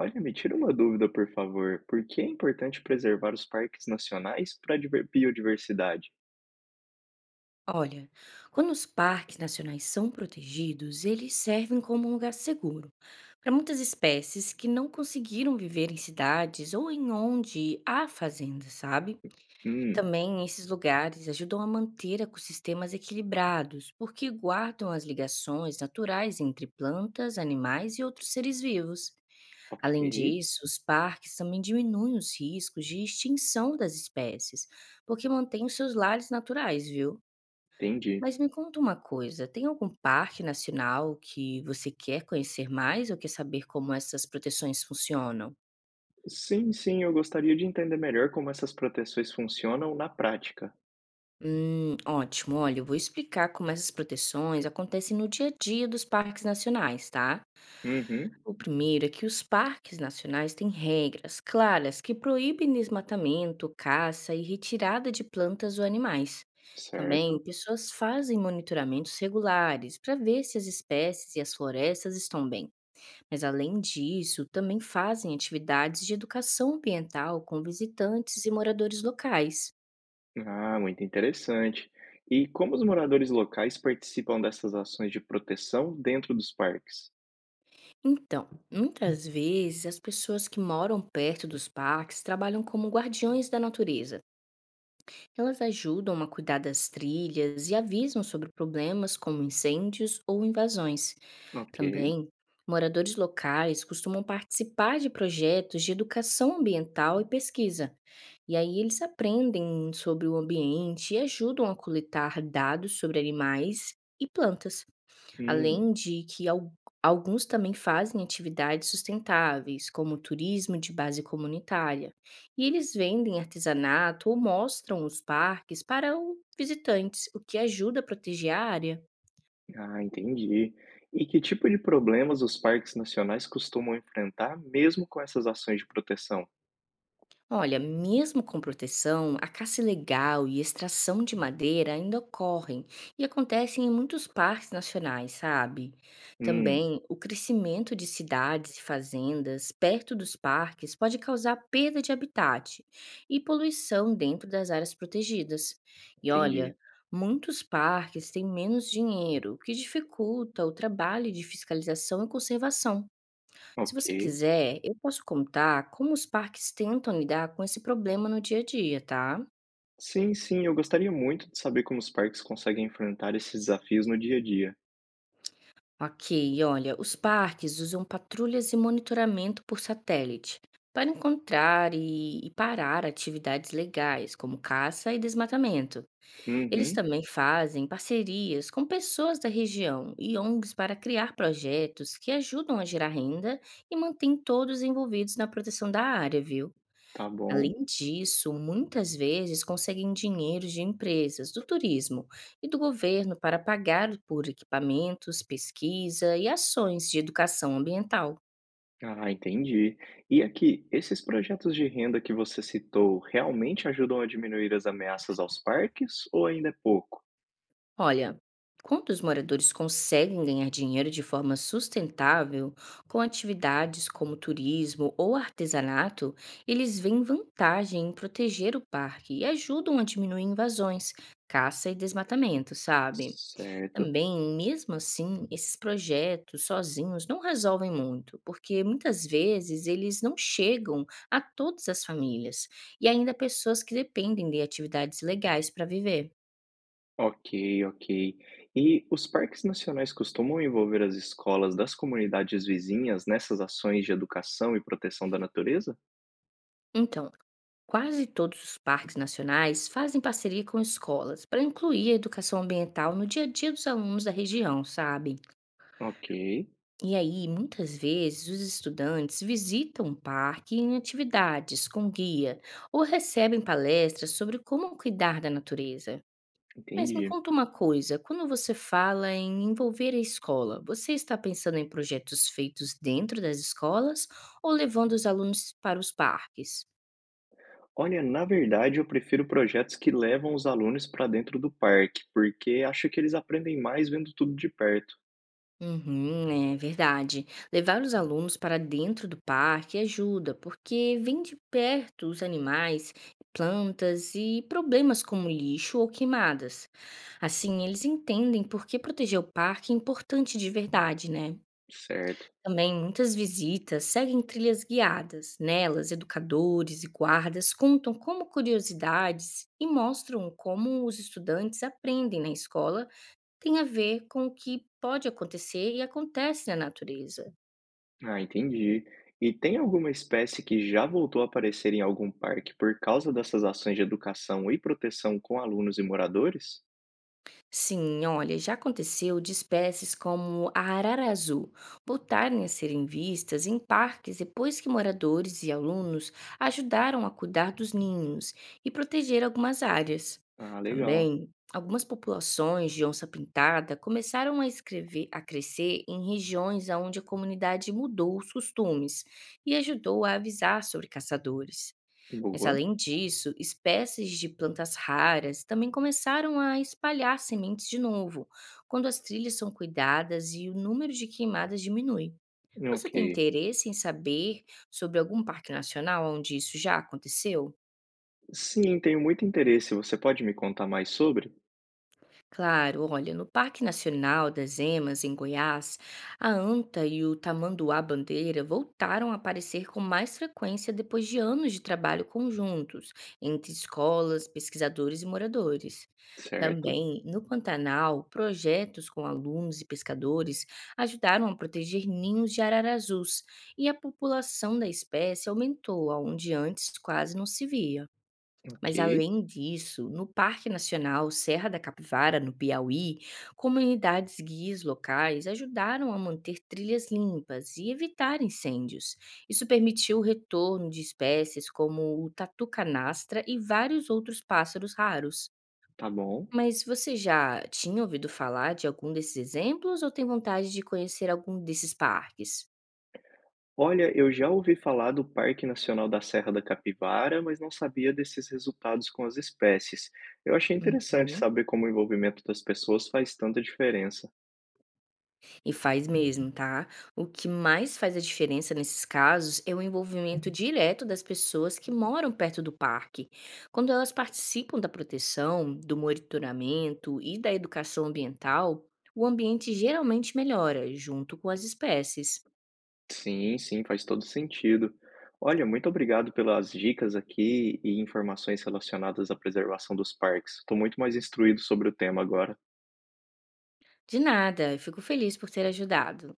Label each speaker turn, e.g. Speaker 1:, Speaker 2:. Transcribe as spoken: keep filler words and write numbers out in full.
Speaker 1: Olha, me tira uma dúvida, por favor. Por que é importante preservar os parques nacionais para a biodiversidade?
Speaker 2: Olha, quando os parques nacionais são protegidos, eles servem como um lugar seguro para muitas espécies que não conseguiram viver em cidades ou em onde há fazendas, sabe?
Speaker 1: Hum,
Speaker 2: Também esses lugares ajudam a manter ecossistemas equilibrados, porque guardam as ligações naturais entre plantas, animais e outros seres vivos.
Speaker 1: ok,
Speaker 2: Além disso, os parques também diminuem os riscos de extinção das espécies, porque mantêm os seus lares naturais, viu?
Speaker 1: entendi.
Speaker 2: Mas me conta uma coisa, tem algum parque nacional que você quer conhecer mais ou quer saber como essas proteções funcionam?
Speaker 1: Sim, sim, eu gostaria de entender melhor como essas proteções funcionam na prática.
Speaker 2: Hum, ótimo. Olha, eu vou explicar como essas proteções acontecem no dia a dia dos parques nacionais, tá?
Speaker 1: Uhum,
Speaker 2: O primeiro é que os parques nacionais têm regras claras que proíbem desmatamento, caça e retirada de plantas ou animais. Também,
Speaker 1: certo.
Speaker 2: pessoas fazem monitoramentos regulares para ver se as espécies e as florestas estão bem. Mas além disso, também fazem atividades de educação ambiental com visitantes e moradores locais.
Speaker 1: Ah, muito interessante. E como os moradores locais participam dessas ações de proteção dentro dos parques?
Speaker 2: Então, muitas vezes as pessoas que moram perto dos parques trabalham como guardiões da natureza. Elas ajudam a cuidar das trilhas e avisam sobre problemas como incêndios ou invasões.
Speaker 1: Ok.
Speaker 2: Também, moradores locais costumam participar de projetos de educação ambiental e pesquisa. E aí eles aprendem sobre o ambiente e ajudam a coletar dados sobre animais e plantas,
Speaker 1: Hum.
Speaker 2: além de que al- alguns também fazem atividades sustentáveis, como turismo de base comunitária. E eles vendem artesanato ou mostram os parques para os visitantes, o que ajuda a proteger a área.
Speaker 1: Ah, entendi. E que tipo de problemas os parques nacionais costumam enfrentar mesmo com essas ações de proteção?
Speaker 2: Olha, mesmo com proteção, a caça ilegal e extração de madeira ainda ocorrem e acontecem em muitos parques nacionais, sabe?
Speaker 1: Hum,
Speaker 2: Também o crescimento de cidades e fazendas perto dos parques pode causar perda de habitat e poluição dentro das áreas protegidas. E olha,
Speaker 1: entendi.
Speaker 2: muitos parques têm menos dinheiro, o que dificulta o trabalho de fiscalização e conservação. Se
Speaker 1: Ok.
Speaker 2: você quiser, eu posso contar como os parques tentam lidar com esse problema no dia a dia, tá?
Speaker 1: Sim, sim, eu gostaria muito de saber como os parques conseguem enfrentar esses desafios no dia a dia.
Speaker 2: Ok, olha, os parques usam patrulhas e monitoramento por satélite para encontrar e, e parar atividades legais, como caça e desmatamento. Eles
Speaker 1: Uhum,
Speaker 2: também fazem parcerias com pessoas da região e O N Gs para criar projetos que ajudam a gerar renda e mantêm todos envolvidos na proteção da área, viu?
Speaker 1: tá bom.
Speaker 2: Além disso, muitas vezes conseguem dinheiro de empresas, do turismo e do governo para pagar por equipamentos, pesquisa e ações de educação ambiental.
Speaker 1: Ah, entendi. E aqui, esses projetos de renda que você citou realmente ajudam a diminuir as ameaças aos parques ou ainda é pouco?
Speaker 2: Olha, quando os moradores conseguem ganhar dinheiro de forma sustentável com atividades como turismo ou artesanato, eles veem vantagem em proteger o parque e ajudam a diminuir invasões, caça e desmatamento, sabe?
Speaker 1: Certo.
Speaker 2: Também, mesmo assim, esses projetos sozinhos não resolvem muito, porque muitas vezes eles não chegam a todas as famílias e ainda pessoas que dependem de atividades legais para viver.
Speaker 1: Ok, ok. E os parques nacionais costumam envolver as escolas das comunidades vizinhas nessas ações de educação e proteção da natureza?
Speaker 2: Então, quase todos os parques nacionais fazem parceria com escolas para incluir a educação ambiental no dia a dia dos alunos da região, sabe?
Speaker 1: Ok,
Speaker 2: E aí, muitas vezes, os estudantes visitam um parque em atividades com guia ou recebem palestras sobre como cuidar da natureza. Mas me
Speaker 1: entendi.
Speaker 2: conta uma coisa: quando você fala em envolver a escola, você está pensando em projetos feitos dentro das escolas ou levando os alunos para os parques?
Speaker 1: Olha, na verdade, eu prefiro projetos que levam os alunos para dentro do parque, porque acho que eles aprendem mais vendo tudo de perto.
Speaker 2: Uhum, é verdade. Levar os alunos para dentro do parque ajuda, porque vem de perto os animais, plantas e problemas como lixo ou queimadas. Assim, eles entendem por que proteger o parque é importante de verdade, né?
Speaker 1: Certo.
Speaker 2: Também muitas visitas seguem trilhas guiadas. Nelas, educadores e guardas contam como curiosidades e mostram como os estudantes aprendem na escola tem a ver com o que pode acontecer e acontece na natureza.
Speaker 1: Ah, entendi. E tem alguma espécie que já voltou a aparecer em algum parque por causa dessas ações de educação e proteção com alunos e moradores?
Speaker 2: Sim, olha, já aconteceu de espécies como a arara azul voltarem a serem vistas em parques depois que moradores e alunos ajudaram a cuidar dos ninhos e proteger algumas áreas.
Speaker 1: Ah, legal.
Speaker 2: Também, algumas populações de onça-pintada começaram a, escrever- a crescer em regiões onde a comunidade mudou os costumes e ajudou a avisar sobre caçadores. Mas
Speaker 1: Boa.
Speaker 2: além disso, espécies de plantas raras também começaram a espalhar sementes de novo, quando as trilhas são cuidadas e o número de queimadas diminui. Você
Speaker 1: Ok.
Speaker 2: tem interesse em saber sobre algum parque nacional onde isso já aconteceu?
Speaker 1: Sim, tenho muito interesse. Você pode me contar mais sobre?
Speaker 2: Claro, olha, no Parque Nacional das Emas, em Goiás, a anta e o tamanduá-bandeira voltaram a aparecer com mais frequência depois de anos de trabalho conjuntos entre escolas, pesquisadores e moradores.
Speaker 1: Certo.
Speaker 2: Também, no Pantanal, projetos com alunos e pescadores ajudaram a proteger ninhos de araras azuis e a população da espécie aumentou, onde antes quase não se via.
Speaker 1: Ok,
Speaker 2: Mas além disso, no Parque Nacional Serra da Capivara, no Piauí, comunidades guias locais ajudaram a manter trilhas limpas e evitar incêndios. Isso permitiu o retorno de espécies como o tatu-canastra e vários outros pássaros raros.
Speaker 1: tá bom.
Speaker 2: Mas você já tinha ouvido falar de algum desses exemplos ou tem vontade de conhecer algum desses parques?
Speaker 1: Olha, eu já ouvi falar do Parque Nacional da Serra da Capivara, mas não sabia desses resultados com as espécies. Eu achei interessante
Speaker 2: Uhum.
Speaker 1: saber como o envolvimento das pessoas faz tanta diferença.
Speaker 2: E faz mesmo, tá? O que mais faz a diferença nesses casos é o envolvimento direto das pessoas que moram perto do parque. Quando elas participam da proteção, do monitoramento e da educação ambiental, o ambiente geralmente melhora junto com as espécies.
Speaker 1: Sim, sim, faz todo sentido. Olha, muito obrigado pelas dicas aqui e informações relacionadas à preservação dos parques. Estou muito mais instruído sobre o tema agora.
Speaker 2: De nada, eu fico feliz por ter ajudado.